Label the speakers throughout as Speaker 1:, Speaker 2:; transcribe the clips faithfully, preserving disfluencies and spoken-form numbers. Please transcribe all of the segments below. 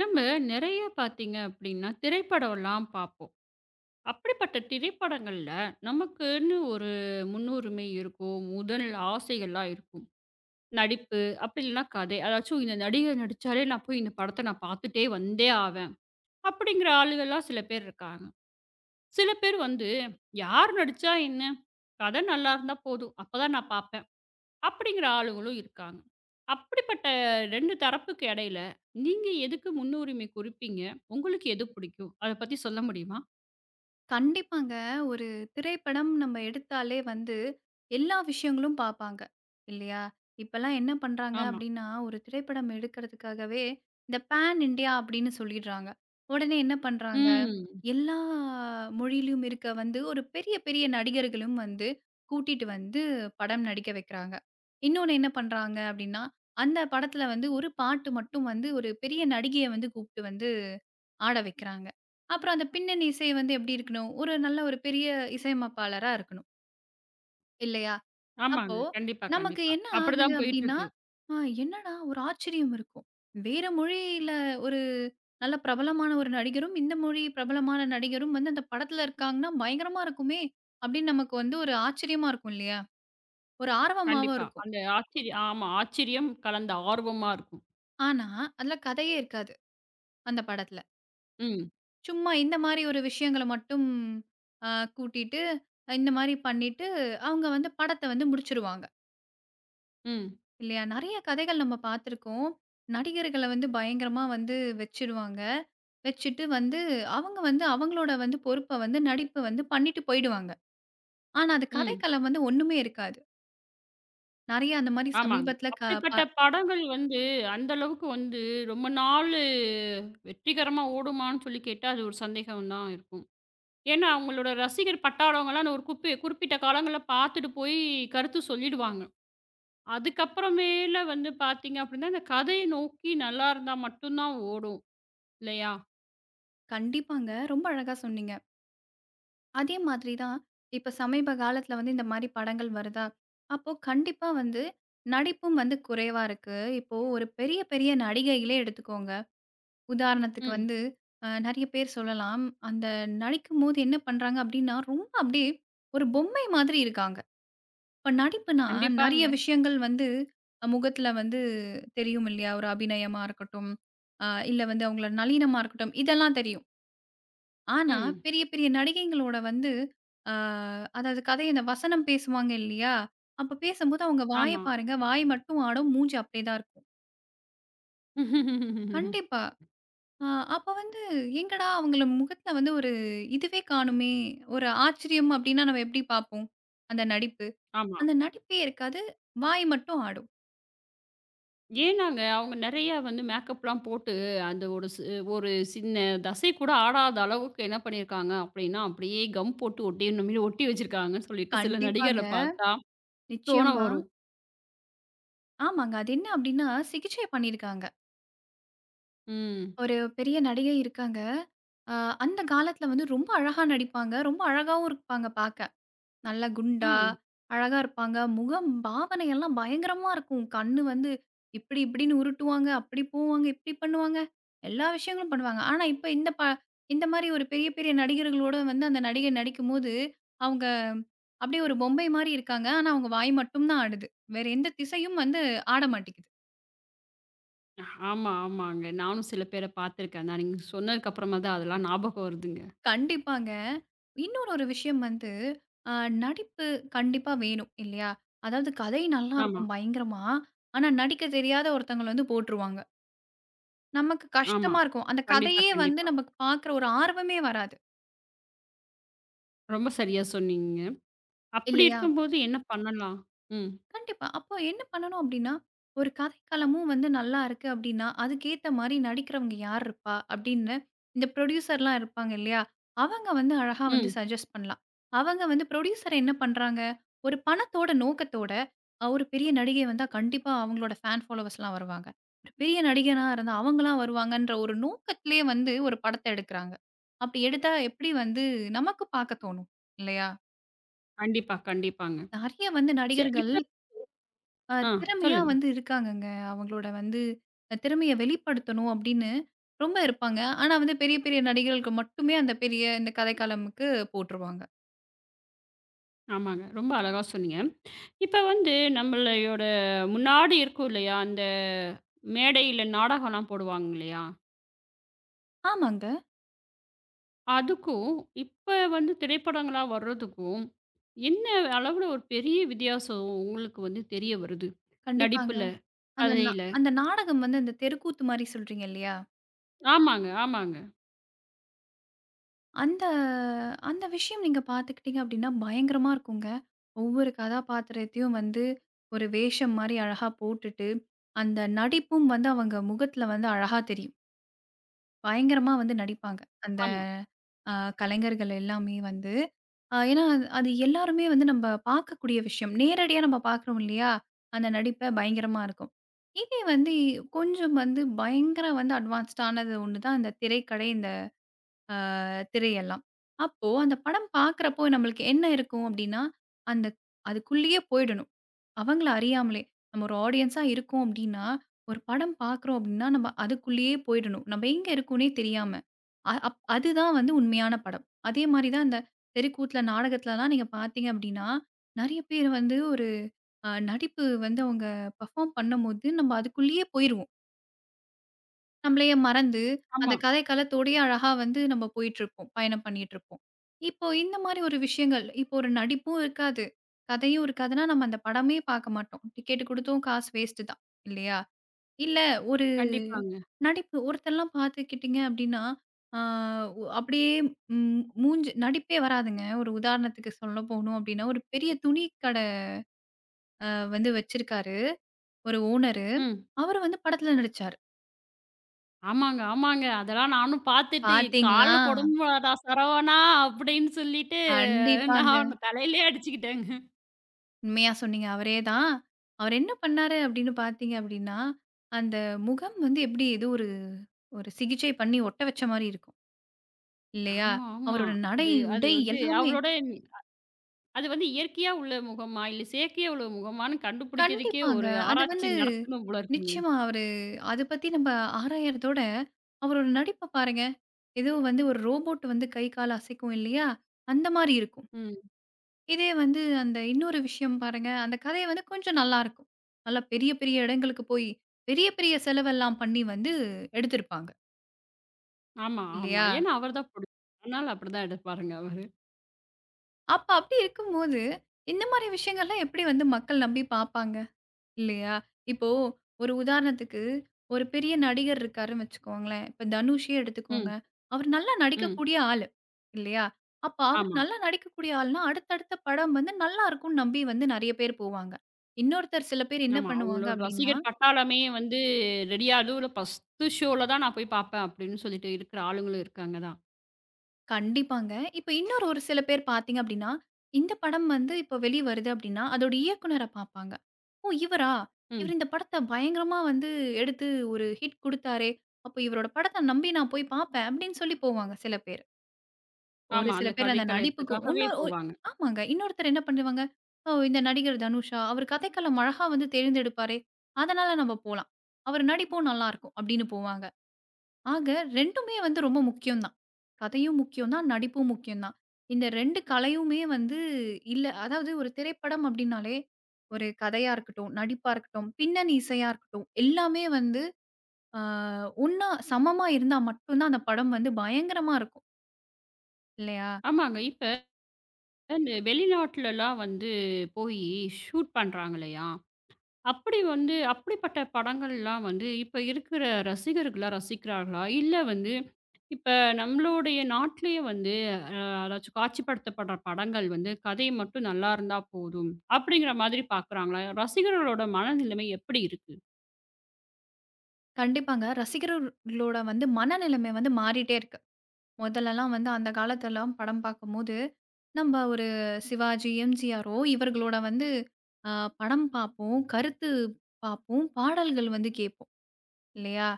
Speaker 1: நம்ம நிறைய பார்த்தீங்க அப்படின்னா, திரைப்படம்லாம் பார்ப்போம். அப்படிப்பட்ட திரைப்படங்கள்ல நமக்குன்னு ஒரு முன்னுரிமை இருக்கும். முதல் ஆசைகள்லாம் இருக்கும். நடிப்பு அப்படி இல்லைன்னா கதை. அதாச்சும் இந்த நடிகர் நடிச்சாலே நான் போய் இந்த படத்த நான் பார்த்துட்டே வந்தே ஆவேன். அப்படிங்கிற ஆளுகள்லாம் சில பேர் இருக்காங்க. சில பேர் வந்து யார் நடிச்சா என்ன? கதை நல்லா இருந்தா போதும். அப்பதான் நான் பார்ப்பேன். அப்படிங்கிற ஆளுங்களும் இருக்காங்க. அப்படிப்பட்ட இரண்டு தரப்புக்கு இடையில, நீங்க எதுக்கு முன்னுரிமை குடுப்பீங்க? உங்களுக்கு எது பிடிக்கும்? அத பத்தி சொல்ல முடியுமா?
Speaker 2: கண்டிப்பாங்க. ஒரு திரைப்படம் நம்ம எடுத்தாலே வந்து, எல்லா விஷயங்களும் பாப்பாங்க. இல்லையா? இப்பலாம் என்ன பண்றாங்க
Speaker 1: ஆமா.
Speaker 2: அப்டின்னா, ஒரு திரைப்படம் எடுக்கிறதுக்காகவே, இந்த பேன் இண்டியா அப்டின்னு சொல்லிடுறாங்க. உடனே என்ன பண்றாங்க,
Speaker 1: ம்.
Speaker 2: எல்லா மொழியிலும் இருக்க வந்து ஒரு பெரிய, பெரிய நடிகர்களும் வந்து கூட்டிட்டு வந்து படம் நடிக்க வைக்கிறாங்க. இன்னொன்னு என்ன பண்றாங்க அப்டின்னா, அந்த படத்துல வந்து ஒரு பாட்டு மட்டும் வந்து ஒரு பெரிய நடிகைய வந்து கூப்ட்டு வந்து ஆட வைக்கிறாங்க. அப்புறம் அந்த பின்னணி இசை வந்து எப்படி இருக்கணும்? ஒரு நல்ல ஒரு பெரிய இசையமைப்பாளரா இருக்கணும். இல்லையா? அப்போ
Speaker 1: ஆமாங்க. கண்டிப்பா,
Speaker 2: நமக்கு
Speaker 1: கண்டிப்பா.
Speaker 2: என்ன ஆகுது
Speaker 1: அப்படிதான்
Speaker 2: அப்படின்னா,
Speaker 1: போயிட்டுருக்கு.
Speaker 2: ஆ என்னடா ஒரு ஆச்சரியம் இருக்கும். வேற மொழியில ஒரு நல்ல பிரபலமான ஒரு நடிகரும், இந்த மொழி பிரபலமான நடிகரும் வந்து அந்த படத்துல இருக்காங்கன்னா, பயங்கரமா இருக்குமே! அப்படின்னு நமக்கு வந்து ஒரு ஆச்சரியமா இருக்கும் இல்லையா? ஒரு ஆர்வமாவும்
Speaker 1: கண்டிப்பா.
Speaker 2: இருக்கும்.
Speaker 1: அந்த ஆச்சரிய ஆமா. ஆச்சரியம் கலந்த ஆர்வமா இருக்கும்.
Speaker 2: ஆனா, அதுல கதையே இருக்காது அந்த படத்துல.
Speaker 1: ம்.
Speaker 2: சும்மா இந்த மாரி ஒரு விஷயங்கள மட்டும் அ கூட்டிட்டு, இந்த மாரி பண்ணிட்டு, அவங்க வந்து படத்த வந்து முடிச்சுருவாங்க.
Speaker 1: ம்.
Speaker 2: இல்லையா? நெறைய கதைகள் நம்ம பார்த்துருக்கோம். நடிகர்கள வந்து பயங்கரமா வந்து வச்சுருவாங்க. வச்சுட்டு வந்து அவங்க வந்து அவங்களோட வந்து பொறுப்ப வந்து நடிப்பு வந்து பண்ணிட்டு போயிடுவாங்க. ஆனா, அது
Speaker 1: ம்.
Speaker 2: கதைக்களம் வந்து ஒண்ணுமே இருக்காது. நெறைய அந்த மாரி
Speaker 1: ஆமாங்க.
Speaker 2: சமீபத்தில க
Speaker 1: அப்படிப்பட்ட
Speaker 2: ப
Speaker 1: படங்கள் வந்து அந்த அளவுக்கு வந்து ரொம்ப நாளு வெற்றிகரமா ஓடுமான்னு சொல்லி கேட்டா, அது ஒரு சந்தேகம் தான் இருக்கும். ஏன்னா, அவங்களோட ரசிகர் பட்டாளவங்கலாம் நான் ஒரு குப்பி குறிப்பிட்ட காலங்கள்ல பார்த்துட்டு போய் கருத்து சொல்லிடுவாங்க. அதுக்கப்புறமேல வந்து பார்த்தீங்க அப்படின்னா, இந்த கதைய நோக்கி நல்லா இருந்தா மட்டும் தான் ஓடும். இல்லையா?
Speaker 2: கண்டிப்பாங்க. ரொம்ப அழகா சொன்னீங்க. அதே மாதிரி தான், இப்ப சமீப காலத்துல வந்து இந்த மாரி படங்கள் வருதா, அப்போ கண்டிப்பா வந்து நடிப்பும் வந்து குறைவா இருக்கு. இப்போ ஒரு பெரிய, பெரிய நடிகைகளே எடுத்துக்கோங்க. உதாரணத்துக்கு
Speaker 1: ம்.
Speaker 2: வந்து அ நெறைய பேர் சொல்லலாம். அந்த நடிக்கும்போது என்ன பண்றாங்க அப்டின்னா, ரொம்ப அப்டியே ஒரு பொம்மை மாதிரி இருக்காங்க. இப்ப நடிப்புனா நெறைய
Speaker 1: கண்டிப்பாங்க.
Speaker 2: விஷயங்கள் வந்து அ முகத்துல வந்து தெரியும் இல்லையா? ஒரு அபிநயமா இருக்கட்டும், அ இல்ல வந்து அவங்களோட நளினமா இருக்கட்டும், இதெல்லாம் தெரியும். ஆனா,
Speaker 1: ம்.
Speaker 2: பெரிய பெரிய நடிகைங்களோட வந்து ஆ அதாவது கதை இந்த வசனம் பேசுவாங்க இல்லையா? அப்ப பேசும்போது அவங்க வாய
Speaker 1: ஆமா.
Speaker 2: பாருங்க. வாய் மட்டும் ஆடும். மூஞ்சி அப்படியே தான் இருக்கும். கண்டிப்பா. ஆ அப்ப வந்து எங்கடா அவங்கள முகத்துல வந்து ஒரு இதுவே காணுமே! ஒரு ஆச்சரியம் அப்படின்னா நம்ம எப்படி பார்ப்போம்? அந்த நடிப்பு.
Speaker 1: ஆமா.
Speaker 2: அந்த நடிப்பே இருக்காது. வாய் மட்டும் ஆடும்.
Speaker 1: ஏன்னாங்க, அவங்க நெறைய வந்து மேக்கப்லாம் போட்டு அந்த ஒரு சி ஒரு சின்ன தசை கூட ஆடாத அளவுக்கு என்ன பண்ணியிருக்காங்க அப்படின்னா, அப்படியே கம் போட்டு ஒட்டி நம்ம ஒட்டி வச்சிருக்காங்கன்னு சொல்லிட்டு சில நடிகர
Speaker 2: கண்டிப்பாங்க.
Speaker 1: பார்த்தா தோண
Speaker 2: நிச்சயமா.
Speaker 1: வரும்.
Speaker 2: ஆமாங்க. அது என்ன அப்படின்னா சிகிச்சை பண்ணியிருக்காங்க.
Speaker 1: ம்.
Speaker 2: ஒரு பெரிய நடிகை இருக்காங்க. அ அந்த காலத்தில வந்து ரொம்ப அழகா நடிப்பாங்க. ரொம்ப அழகாவும் இருப்பாங்க பார்க்க. நல்லா குண்டா,
Speaker 1: ம்.
Speaker 2: அழகா இருப்பாங்க. முகம் பாவனையெல்லாம் பயங்கரமா இருக்கும். கண்ணு வந்து இப்டி இப்டின்னு உருட்டுவாங்க. அப்டி போவாங்க, இப்டி பண்ணுவாங்க. எல்லா விஷயங்களும் பண்ணுவாங்க. ஆனா, இப்ப இந்த ப இந்த மாரி ஒரு பெரிய பெரிய நடிகர்களோட வந்து அந்த நடிகை நடிக்கும்போது, அவங்க அப்டியே ஒரு பொம்மை மாரி இருக்காங்க. ஆனா, அவங்க வாய் மட்டும் தான் ஆடுது. வேற எந்த திசையும் வந்து ஆட மாட்டேங்குது.
Speaker 1: ஆமா, ஆமாங்க. நானும் சில பேர பார்த்துருக்கேன். நான் நீங்க சொன்னதுக்கு அப்புறமா தான் அதெல்லாம் ஞாபகம் வருதுங்க.
Speaker 2: கண்டிப்பாங்க. இன்னொரு ஒரு விஷயம் வந்து, அ நடிப்பு கண்டிப்பா வேணும் இல்லையா? அதாவது கதை
Speaker 1: ஆமா,
Speaker 2: நல்லாருக்கும் பயங்கரமா. ஆனா, நடிக்க தெரியாத ஒருத்தங்கள வந்து போட்டுருவாங்க. நமக்கு
Speaker 1: ஆமா.
Speaker 2: கஷ்டமா இருக்கும். அந்த
Speaker 1: கண்டிப்பா,
Speaker 2: கதையே வந்து
Speaker 1: கண்டிப்பா.
Speaker 2: நமக்கு பார்க்குற ஒரு ஆர்வமே வராது.
Speaker 1: ரொம்ப சரியா சொன்னீங்க. அப்படி
Speaker 2: இல்லையா?
Speaker 1: இருக்கும்போது என்ன பண்ணலாம்? ம்,
Speaker 2: கண்டிப்பா. அப்போ என்ன பண்ணணும் அப்டின்னா, ஒரு கதைக்களமும் வந்து நல்லா இருக்கு அப்டின்னா, அதுக்கேத்த மாரி நடிக்கிறவங்க யார் இருப்பா? அப்டின்னு இந்த ப்ரொடியூசர்லாம் இருப்பாங்க இல்லையா? அவங்க வந்து அழகா வந்து
Speaker 1: ம்.
Speaker 2: சஜெஸ்ட் பண்ணலாம். அவங்க வந்து ப்ரொடியூசர் என்ன பண்றாங்க? ஒரு பணத்தோட நோக்கத்தோட, அ ஒரு பெரிய நடிகை வந்தா கண்டிப்பா அவங்களோட ஃபேன் ஃபாலோவர்ஸ்லாம் வருவாங்க. ஒரு பெரிய நடிகனா இருந்தா அவங்கலாம் வருவாங்கன்ற ஒரு நோக்கத்திலேயே வந்து ஒரு படத்த எடுக்குறாங்க. அப்டி எடுத்தா எப்டி வந்து நமக்கு பார்க்க தோணும் இல்லையா?
Speaker 1: கண்டிப்பா, கண்டிப்பாங்க.
Speaker 2: நெறைய வந்து
Speaker 1: சே
Speaker 2: நடிகர்கள்
Speaker 1: இப்ப
Speaker 2: அ
Speaker 1: ஆ
Speaker 2: திறமையா
Speaker 1: சொல்லுங்க.
Speaker 2: வந்து இருக்காங்கங்க. அவங்களோட வந்து அ திறமைய வெளிப்படுத்தணும் அப்படின்னு ரொம்ப இருப்பாங்க. ஆனா வந்து பெரிய, பெரிய நடிகர்களுக்கு மட்டுமே அந்த பெரிய இந்த கதைக்களமுக்கு போட்டுருவாங்க.
Speaker 1: ஆமாங்க. ரொம்ப அழகா சொன்னீங்க. இப்ப வந்து நம்மளையோட முன்னாடி இருக்கும் இல்லையா? அந்த மேடையில நாடகம்லாம் போடுவாங்க இல்லையா?
Speaker 2: ஆமாங்க.
Speaker 1: அதுக்கும், இப்ப வந்து திரைப்படங்களா வர்றதுக்கும், என்ன அளவுல ஒரு பெரிய வித்தியாசம் உங்களுக்கு வந்து தெரிய வருது?
Speaker 2: கண்டிப்பாங்க.
Speaker 1: நடிப்புல,
Speaker 2: அந்த நா
Speaker 1: கதையில.
Speaker 2: அந்த நாடகம் வந்து அந்த தெருக்கூத்து மாரி சொல்றீங்க இல்லையா?
Speaker 1: ஆமாங்க, ஆமாங்க.
Speaker 2: அந்த அந்த விஷயம் நீங்க பார்த்துக்கிட்டீங்க அப்படின்னா பயங்கரமா இருக்குங்க. ஒவ்வொரு கதாபாத்திரத்தையும் வந்து ஒரு வேஷம் மாரி அழகா போட்டுட்டு, அந்த நடிப்பும் வந்து அவங்க முகத்துல வந்து அழகா தெரியும். பயங்கரமா வந்து நடிப்பாங்க. அந்த
Speaker 1: ஆமா,
Speaker 2: அ கலைஞர்கள் எல்லாமே வந்து அ ஏன்னா அது அது எல்லாருமே வந்து நம்ம பார்க்கக்கூடிய விஷயம். நேரடியா நம்ம பார்க்குறோம் இல்லையா? அந்த நடிப்ப பயங்கரமா இருக்கும். இதே வந்து கொஞ்சம் வந்து பயங்கர வந்து அட்வான்ஸ்டானது ஒண்ணு தான் இந்த திரைக்கடை, இந்த திரையெல்லாம். அப்போ அந்த படம் பார்க்குறப்போ நம்மளுக்கு என்ன இருக்கும் அப்டின்னா, அந்த அதுக்குள்ளேயே போயிடணும். அவங்கள அறியாமலே. நம்ம ஒரு ஆடியன்ஸா இருக்கோம் அப்டின்னா, ஒரு படம் பார்க்குறோம் அப்டின்னா, நம்ம அதுக்குள்ளேயே போயிடணும். நம்ம எங்க இருக்கோன்னே தெரியாம. அ அப் அதுதான் வந்து உண்மையான படம். அதே மாரி தான் இந்த தெருக்கூத்துல, நாடகத்துலலாம் நீங்க பார்த்தீங்க அப்டின்னா, நெறைய பேர் வந்து ஒரு அ நடிப்பு வந்து அவங்க பெர்ஃபார்ம் பண்ணும்போது, நம்ம அதுக்குள்ளேயே போயிருவோம். நம்மளையே மறந்து, அந்த
Speaker 1: ஆமா.
Speaker 2: கதை களத்தோடயே அழகா வந்து நம்ம போயிட்டுருப்போம். பயணம் பண்ணிட்டுருப்போம். இப்போ இந்த மாரி ஒரு விஷயங்கள், இப்போ ஒரு நடிப்பும் இருக்காது, கதையும் இருக்காதுன்னா, நம்ம அந்த படமே பார்க்க மாட்டோம். டிக்கெட் குடுத்தும் காசு வேஸ்ட்டு தான் இல்லையா? இல்ல ஒரு
Speaker 1: கண்டிப்பாங்க.
Speaker 2: நடிப்பு. ஒருத்தர்லாம் பார்த்துக்கிட்டீங்க அப்டின்னா, ஆ ஒ அப்படியே ம் மூஞ்சு நடிப்பே வராதுங்க. ஒரு உதாரணத்துக்கு சொல்ல போணும் அப்டின்னா, ஒரு பெரிய துணி கடை வந்து வச்சிருக்காரு, ஒரு ஓனரு.
Speaker 1: ம்.
Speaker 2: அவரு வந்து படத்துல நடிச்சாரு.
Speaker 1: ஆமாங்க, ஆமாங்க. அதெல்லாம் நானும் பார்த்துட்டு,
Speaker 2: பார்த்தீங்களா?
Speaker 1: "கால்ல கொடம்புடாதா சரவணா" அப்படின்னு சொல்லிட்டு,
Speaker 2: கண்டிப்பாங்க.
Speaker 1: நான் தலையிலயே அடிச்சுக்கிட்டேங்க.
Speaker 2: உண்மையா சொன்னீங்க. அவரே தான். அவரு என்ன பண்ணாரு அப்படின்னு பார்த்தீங்க அப்படின்னா, அந்த முகம் வந்து எப்படி ஏதோ ஒரு ஒரு சிகிச்சை பண்ணி ஒட்ட வச்ச மாரி இருக்கும். இல்லையா?
Speaker 1: ஆமா, ஆமா.
Speaker 2: அவரோட நடை,
Speaker 1: அது அது
Speaker 2: உடை
Speaker 1: வந்து
Speaker 2: எல்லாமே
Speaker 1: அவளோட நி- அது வந்து இயற்கையா உள்ள முகமா, இல்ல செயற்கையா உள்ள முகமான்னு கண்டுபிடிக்கிறதுக்கே
Speaker 2: கண்டிப்பாங்க.
Speaker 1: ஒரு
Speaker 2: அது
Speaker 1: ஆராய்ச்சி
Speaker 2: வந்து
Speaker 1: நடத்தணும் போல இருக்குங்க.
Speaker 2: நிச்சயமா அவரு அத பத்தி நம்ம ஆராயறதோட, அவரோட நடிப்ப பாருங்க. ஏதோ வந்து ஒரு ரோபோட் வந்து கை, கால் அசைக்கும் இல்லையா? அந்த மாரி இருக்கும்.
Speaker 1: ம்.
Speaker 2: இதே வந்து அந்த இன்னொரு விஷயம் பாருங்க, அந்த கதை வந்து கொஞ்சம் நல்லாருக்கும். நல்லா பெரிய, பெரிய இடங்களுக்கு போய், பெரிய, பெரிய செலவெல்லாம் பண்ணி வந்து எடுத்திருப்பாங்க,
Speaker 1: ஆமா, ஆமா.
Speaker 2: இல்லையா?
Speaker 1: ஏன்னா அவர் தான் புடிக்கும். அதனால அப்படிதான் எடுப்பாருங்க அவரு.
Speaker 2: அப்ப அப்படி இருக்கும்போது, இந்த மாரி விஷயங்கள்லாம் எப்படி வந்து மக்கள் நம்பி பார்ப்பாங்க? இல்லையா? இப்போ ஒரு உதாரணத்துக்கு, ஒரு பெரிய நடிகர் இருக்காருன்னு வச்சுக்கோங்களேன். இப்ப தனுஷே எடுத்துக்கோங்க.
Speaker 1: ம்,
Speaker 2: அவர் நல்லா
Speaker 1: ம்.
Speaker 2: நடிக்கக்கூடிய ஆளு. இல்லையா? அப்ப அவர்
Speaker 1: ஆமா,
Speaker 2: நல்லா நடிக்கக்கூடிய ஆள்னா, அடுத்தடுத்த படம் வந்து நல்லா இருக்கும்ன்னு நம்பி வந்து நெறைய பேர் போவாங்க. இன்னொருத்தர் சில பேர் என்ன
Speaker 1: ஆமா.
Speaker 2: பண்ணுவாங்க
Speaker 1: அவங்களோட
Speaker 2: அப்டின்னா,
Speaker 1: ரசிகர் பட்டாளமே வந்து ரெடியா அதுவுல ஒரு ஷோல தான் நான் போய் பார்ப்பேன் அப்படின்னு சொல்லிட்டு இருக்கிற ஆளுங்களும் இருக்காங்க தான்.
Speaker 2: கண்டிப்பாங்க. இப்ப இன்னொரு ஒரு சில பேர் பார்த்தீங்க அப்டின்னா, இந்த படம் வந்து இப்ப வெளி வருது அப்டின்னா, அதோட இயக்குனர பார்ப்பாங்க. "ஓ! இவரா?
Speaker 1: ம்.
Speaker 2: இவர் இந்த படத்த பயங்கரமா வந்து எடுத்து ஒரு ஹிட் குடுத்தாரே! அப்ப இவரோட படத்த நம்பி நான் போய் பார்ப்பேன்" அப்டின்னு சொல்லி போவாங்க சில பேர். ஒரு
Speaker 1: ஆமா.
Speaker 2: சில
Speaker 1: அந்த
Speaker 2: பேர் அந்த நடிப்புக்கும்
Speaker 1: கதைக்களத்துக்காகவே
Speaker 2: உன்னொ ஒ
Speaker 1: போவாங்க.
Speaker 2: ஆமாங்க. இன்னொருத்தர் என்ன பண்ணுவாங்க, "ஓ! இந்த நடிகர் தனுஷா, அவர் கதைக்களம் அழகா வந்து தேர்ந்தெடுப்பாரே! அதனால நம்ம போலாம். அவர் நடிப்பும் நல்லாருக்கும்" அப்டின்னு போவாங்க. ஆக ரெண்டுமே வந்து ரொம்ப முக்கியம் தான். கதையும் முக்கியம் தான், நடிப்பும் முக்கியம் தான். இந்த ரெண்டு கலையுமே வந்து இல்ல அதாவது ஒரு திரைப்படம் அப்டின்னாலே, ஒரு கதையா இருக்கட்டும், நடிப்பா இருக்கட்டும், பின்னணி இசையா இருக்கட்டும், எல்லாமே வந்து அ ஒண்ணா சமமா இருந்தா மட்டும் தான் அந்த படம் வந்து பயங்கரமா இருக்கும். இல்லையா?
Speaker 1: ஆமாங்க. இப்ப இந்த வெளிநாட்டுலலாம் வந்து போயி ஷூட் பண்றாங்க இல்லையா? அப்படி வந்து அப்படிப்பட்ட படங்கள்லாம் வந்து இப்ப இருக்கிற ரசிகர்களா ரசிக்கிறார்களா? இல்ல வந்து இப்ப நம்மளுடைய நாட்டிலேயே வந்து அ அதாச்சும் காட்சிப்படுத்தப்படுற படங்கள் வந்து கதை மட்டும் நல்லா இருந்தா போதும், அப்படிங்கிற மாதிரி பார்க்குறாங்களா? ரசிகர்களோட மனநிலைமை எப்படி இருக்கு?
Speaker 2: கண்டிப்பாங்க. ரசிகர்களோட வந்து மனநிலைமை வந்து மாறிட்டே இருக்கு. முதல்லலாம் வந்து அந்த காலத்துலலாம் படம் பார்க்கும்போது, நம்ப ஒரு சிவாஜி, எம்ஜிஆரோ இவர்களோட வந்து அ படம் பார்ப்போம், கருத்து பார்ப்போம், பாடல்கள் வந்து கேட்போம் இல்லையா?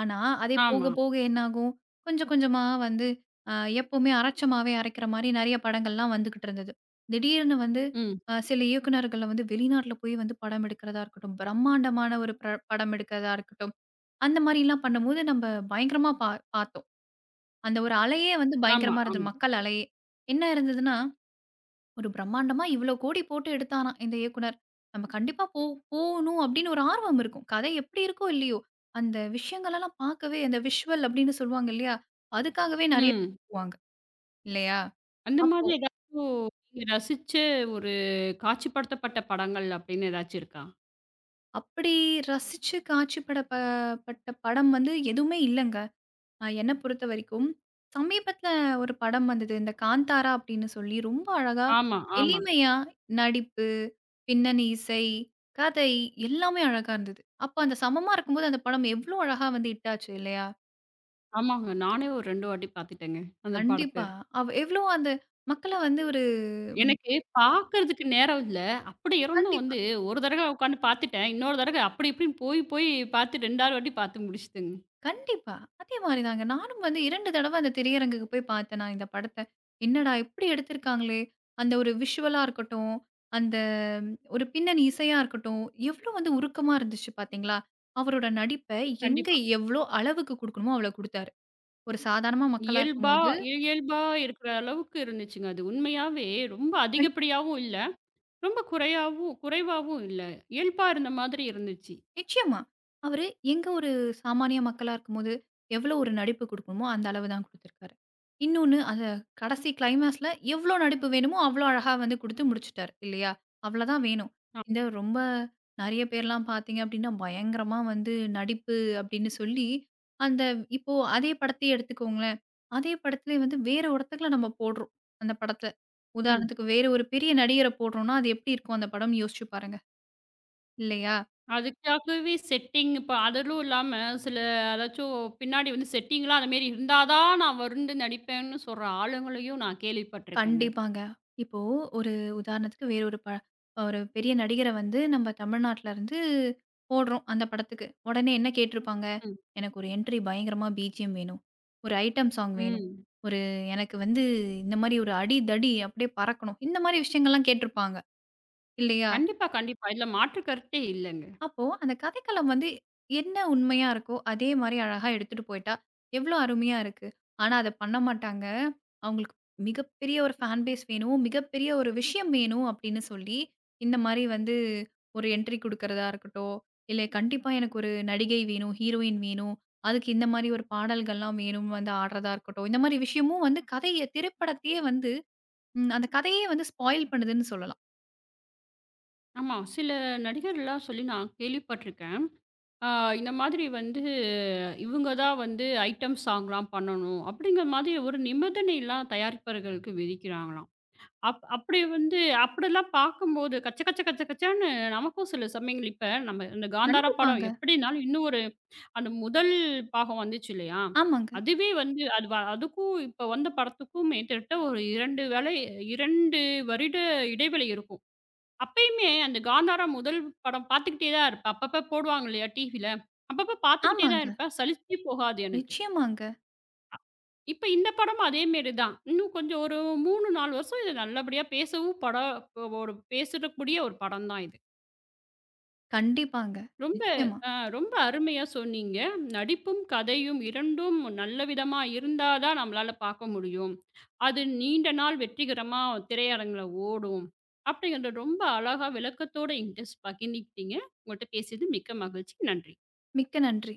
Speaker 2: ஆனா, அதே போக
Speaker 1: ஆமா.
Speaker 2: போக என்னாகும், கொஞ்சம் கொஞ்சமா வந்து அ எப்பவுமே அரைச்சமாவே அரைக்கிற மாரி நெறைய படங்கள்லாம் வந்துகிட்டு இருந்தது. திடீர்னு வந்து
Speaker 1: ம்.
Speaker 2: அ சில இயக்குனர்கள்ல வந்து வெளிநாட்ல போய் வந்து படம் எடுக்கிறதா இருக்கட்டும், பிரம்மாண்டமான ஒரு பிர படம் எடுக்கிறதா இருக்கட்டும், அந்த மாரிலாம் பண்ணும்போது நம்ப பயங்கரமா பா பார்த்தோம். அந்த ஒரு அலையே வந்து
Speaker 1: ஆமா,
Speaker 2: பயங்கரமா
Speaker 1: ஆமா.
Speaker 2: இருந்தது. மக்கள் அலையே. என்ன இருந்ததுன்னா, ஒரு பிரம்மாண்டமா இவ்ளோ கோடி போட்டு எடுத்தாராம் இந்த இயக்குனர். நம்ம கண்டிப்பா போ போணும் அப்படின்னு ஒரு ஆர்வம் இருக்கும். கதை எப்படி இருக்கோ இல்லையோ, அந்த விஷயங்களெல்லாம் பார்க்கவே அந்த விஷுவல் அப்படின்னு சொல்லுவாங்க இல்லையா? அதுக்காகவே நெறைய
Speaker 1: ம்.
Speaker 2: போவாங்க இல்லையா?
Speaker 1: அந்த
Speaker 2: அப்போ
Speaker 1: மாதிரி ஏதாச்சும் நீங்க ரசிச்ச ஒரு காட்சிப்படுத்தப்பட்ட படங்கள் அப்படின்னு ஏதாச்சும் இருக்கா?
Speaker 2: அப்படி ரசிச்சு காட்சிப்பட ப பட்ட படம் வந்து எதுவுமே இல்லங்க. அ என்ன பொறுத்தவரைக்கும், சமீபத்தில ஒரு படம் வந்தது. இந்த "காந்தாரா" அப்படின்னு சொல்லி ரொம்ப அழகா,
Speaker 1: ஆமா, ஆமா.
Speaker 2: எளிமையா நடிப்பு, பின்னணி இசை, கதை எல்லாமே அழகா இருந்தது. அப்ப அந்த சமமா இருக்கும்போது அந்த படம் எவ்ளோ அழகா வந்து ஹிட் ஆச்சு இல்லையா?
Speaker 1: ஆமாங்க. நானே ஒரு இரண்டு வாட்டி பார்த்துட்டேங்க, அந்த
Speaker 2: கண்டிப்பா.
Speaker 1: படத்த.
Speaker 2: அவ் எவ்ளோ அந்த மக்கள வந்து ஒரு
Speaker 1: எனக்கு பாக்குறதுக்கு நேரம் இல்ல. அப்படி இருந்தும்
Speaker 2: கண்டிப்பா.
Speaker 1: வந்து ஒரு தடவை உட்காந்து பாத்துட்டேன். இன்னொரு தடவை அப்படி இப்படின்னு போய் போய் பாத்து 2வது வாட்டி பாத்து முடிச்சுட்டேங்க.
Speaker 2: கண்டிப்பா. அதே மாரி தாங்க. நானும் வந்து இரண்டு தடவ அந்த திரையரங்குக்கு போய் பார்த்தேன் நான் இந்த படத்த. என்னடா! இப்படி எடுத்திருக்காங்களே! அந்த ஒரு விஷுவலா இருக்கட்டும், அந்த ம், ஒரு பின்னணி இசையா இருக்கட்டும், எவ்ளோ வந்து உருக்கமா இருந்துச்சு பார்த்தீங்களா? அவரோட நடிப்ப எங்க
Speaker 1: கண்டிப்பா.
Speaker 2: எவ்ளோ அளவுக்கு குடுக்கணுமோ அவ்வளோ குடுத்தாரு. ஒரு சாதாரணமா மக்களா
Speaker 1: இயல்பா
Speaker 2: இருக்கும்போது
Speaker 1: இயல்பா இருக்கிற அளவுக்கு இருந்துச்சுங்க. அது உண்மையாவே ரொம்ப அதிகப்படியாவும் இல்ல. ரொம்ப குறையாவும் குறைவாவும் இல்ல. இயல்பா இருந்த மாதிரி இருந்துச்சு.
Speaker 2: நிச்சயமா. அவரு எங்க ஒரு சாமானிய மக்களா இருக்கும்போது, எவ்வளோ ஒரு நடிப்பு குடுக்கணுமோ, அந்த அளவு தான் குடுத்திருக்காரு. இன்னொன்னு அந்த கடைசி கிளைமாக்ஸ்ல எவ்வளோ நடிப்பு வேணுமோ, அவ்வளோ அழகா வந்து குடுத்து முடிச்சுட்டாரு இல்லையா? அவ்வளோதான் வேணும்.
Speaker 1: அ
Speaker 2: இந்த ரொம்ப நெறைய பேர்லாம் பார்த்தீங்க அப்டின்னா, பயங்கரமா வந்து நடிப்பு அப்டின்னு சொல்லி, அந்த இப்போ அதே படத்தையே எடுத்துக்கோங்களேன். அதே படத்திலே வந்து வேற ஒருத்தங்கள நம்ம போடுறோம், அந்த படத்த.
Speaker 1: ம்.
Speaker 2: உதாரணத்துக்கு வேற ஒரு பெரிய நடிகர போடுறோம்னா, அது எப்டி இருக்கும் அந்த படம்னு யோசிச்சு பாருங்க, இல்லையா?
Speaker 1: அதுக்காகவே செட்டிங் இப்ப அதிலும் இல்லாம சில அதாச்சும் பின்னாடி வந்து செட்டிங்லாம் அந்த மாரி இருந்தா தான் நான் வந்து நடிப்பேன்னு சொல்ற ஆளுங்களையும் நான் கேள்விப்பட்டுருக்கேங்க.
Speaker 2: கண்டிப்பாங்க. இப்போ ஒரு உதாரணத்துக்கு வேற ஒரு ப ஒரு பெரிய நடிகர வந்து நம்ம தமிழ்நாட்டுல இருந்து போடுறோம் அந்த படத்துக்கு. உடனே என்ன கேட்டிருப்பாங்க?
Speaker 1: ம்.
Speaker 2: எனக்கு ஒரு என்ட்ரி பயங்கரமா பிஜிஎம் வேணும். ஒரு ஐட்டம் சாங் வேணும்.
Speaker 1: ம்.
Speaker 2: ஒரு எனக்கு வந்து இந்த மாரி ஒரு அடி, தடி அப்படியே பறக்கணும். இந்த மாரி விஷயங்கள்லாம் கேட்டிருப்பாங்க. இல்லையா?
Speaker 1: கண்டிப்பா, கண்டிப்பா. இதுல மாற்று கருத்தே இல்லங்க.
Speaker 2: அப்போ அந்த கதைக்களம் வந்து என்ன உண்மையா இருக்கோ, அதே மாரி அழகா எடுத்துட்டு போயிட்டா, எவ்ளோ அருமையா இருக்கு. ஆனா அத பண்ண மாட்டாங்க. அவங்களுக்கு மிகப்பெரிய ஒரு ஃபேன் பேஸ் வேணும், மிகப்பெரிய ஒரு விஷயம் வேணும் அப்படின்னு சொல்லி, இந்த மாரி வந்து ஒரு என்ட்ரி குடுக்கறதா இருக்கட்டும், இல்ல கண்டிப்பா எனக்கு ஒரு நடிகை வேணும், ஹீரோயின் வேணும், அதுக்கு இந்த மாரி ஒரு பாடல்கள்லாம் வேணும் வந்து ஆடுறதா இருக்கட்டும். இந்த மாரி விஷயமும் வந்து கதைய திரைப்படத்தையே வந்து ம் அந்த கதையே வந்து ஸ்பாயில் பண்ணுதுன்னு சொல்லலாம்.
Speaker 1: ஆமா, சில நடிகர்லாம் சொல்லி நான் கேள்விப்பட்டுருக்கேன். ஆ இந்த மாதிரி வந்து இவங்க தான் வந்து ஐட்டம் சாங்லாம் பண்ணணும், அப்படிங்கிற மாதிரி ஒரு நிபந்தனைலாம் தயாரிப்பாளர்களுக்கு விதிக்கிறாங்களாம். அப் அப்படி வந்து அப்படிலாம் பார்க்கும்போது கச்ச கச்ச கச்ச கச்சான்னு நமக்கும் சில சமயங்கள் இப்ப நம்ம இந்த காந்தார படம்
Speaker 2: கண்டிப்பாங்க.
Speaker 1: எப்படினாலும் இன்னும் ஒரு அந்த முதல் பாகம் வந்துச்சு இல்லையா?
Speaker 2: ஆமாங்க,
Speaker 1: அதுவே வந்து அது வ அதுக்கும் இப்ப வந்த படத்துக்கும் மேத்திட்ட ஒரு இரண்டு வேளை இரண்டு வருட இடைவெளி இருக்கும். அப்பயுமே அந்த காந்தாரா முதல் படம் பார்த்துக்கிட்டே தான் இருப்பேன். அப்பப்ப போடுவாங்க இல்லையா டிவில. அப்பப்ப பார்த்துக்கிட்டே தான்
Speaker 2: ஆமாங்க.
Speaker 1: இருப்பேன். சலிச்சே போகாது எனக்கு.
Speaker 2: நிச்சயமாங்க.
Speaker 1: இப்ப இந்த படமும் அதே மாரி தான். இன்னும் கொஞ்சம் ஒரு மூன்று, நான்கு வருஷம் இத நல்லபடியா பேசவும் படம் ஒரு பேசக்கூடிய ஒரு படம் தான் இது.
Speaker 2: கண்டிப்பாங்க.
Speaker 1: ரொம்ப
Speaker 2: நிச்சயமா.
Speaker 1: அ ரொம்ப அருமையா சொன்னீங்க. நடிப்பும், கதையும் 2ம் நல்ல விதமா இருந்தா தான் நம்மளால பார்க்க முடியும். அது நீண்ட நாள் வெற்றிகரமா திரையரங்குல ஓடும். அப்படிங்கிறத ரொம்ப அழகா விளக்கத்தோட என்கிட்ட ஸ் பகிர்ந்துக்கிட்டீங்க. உங்கள்ட்ட பேசியது மிக்க மகிழ்ச்சி. நன்றி.
Speaker 2: மிக்க நன்றி.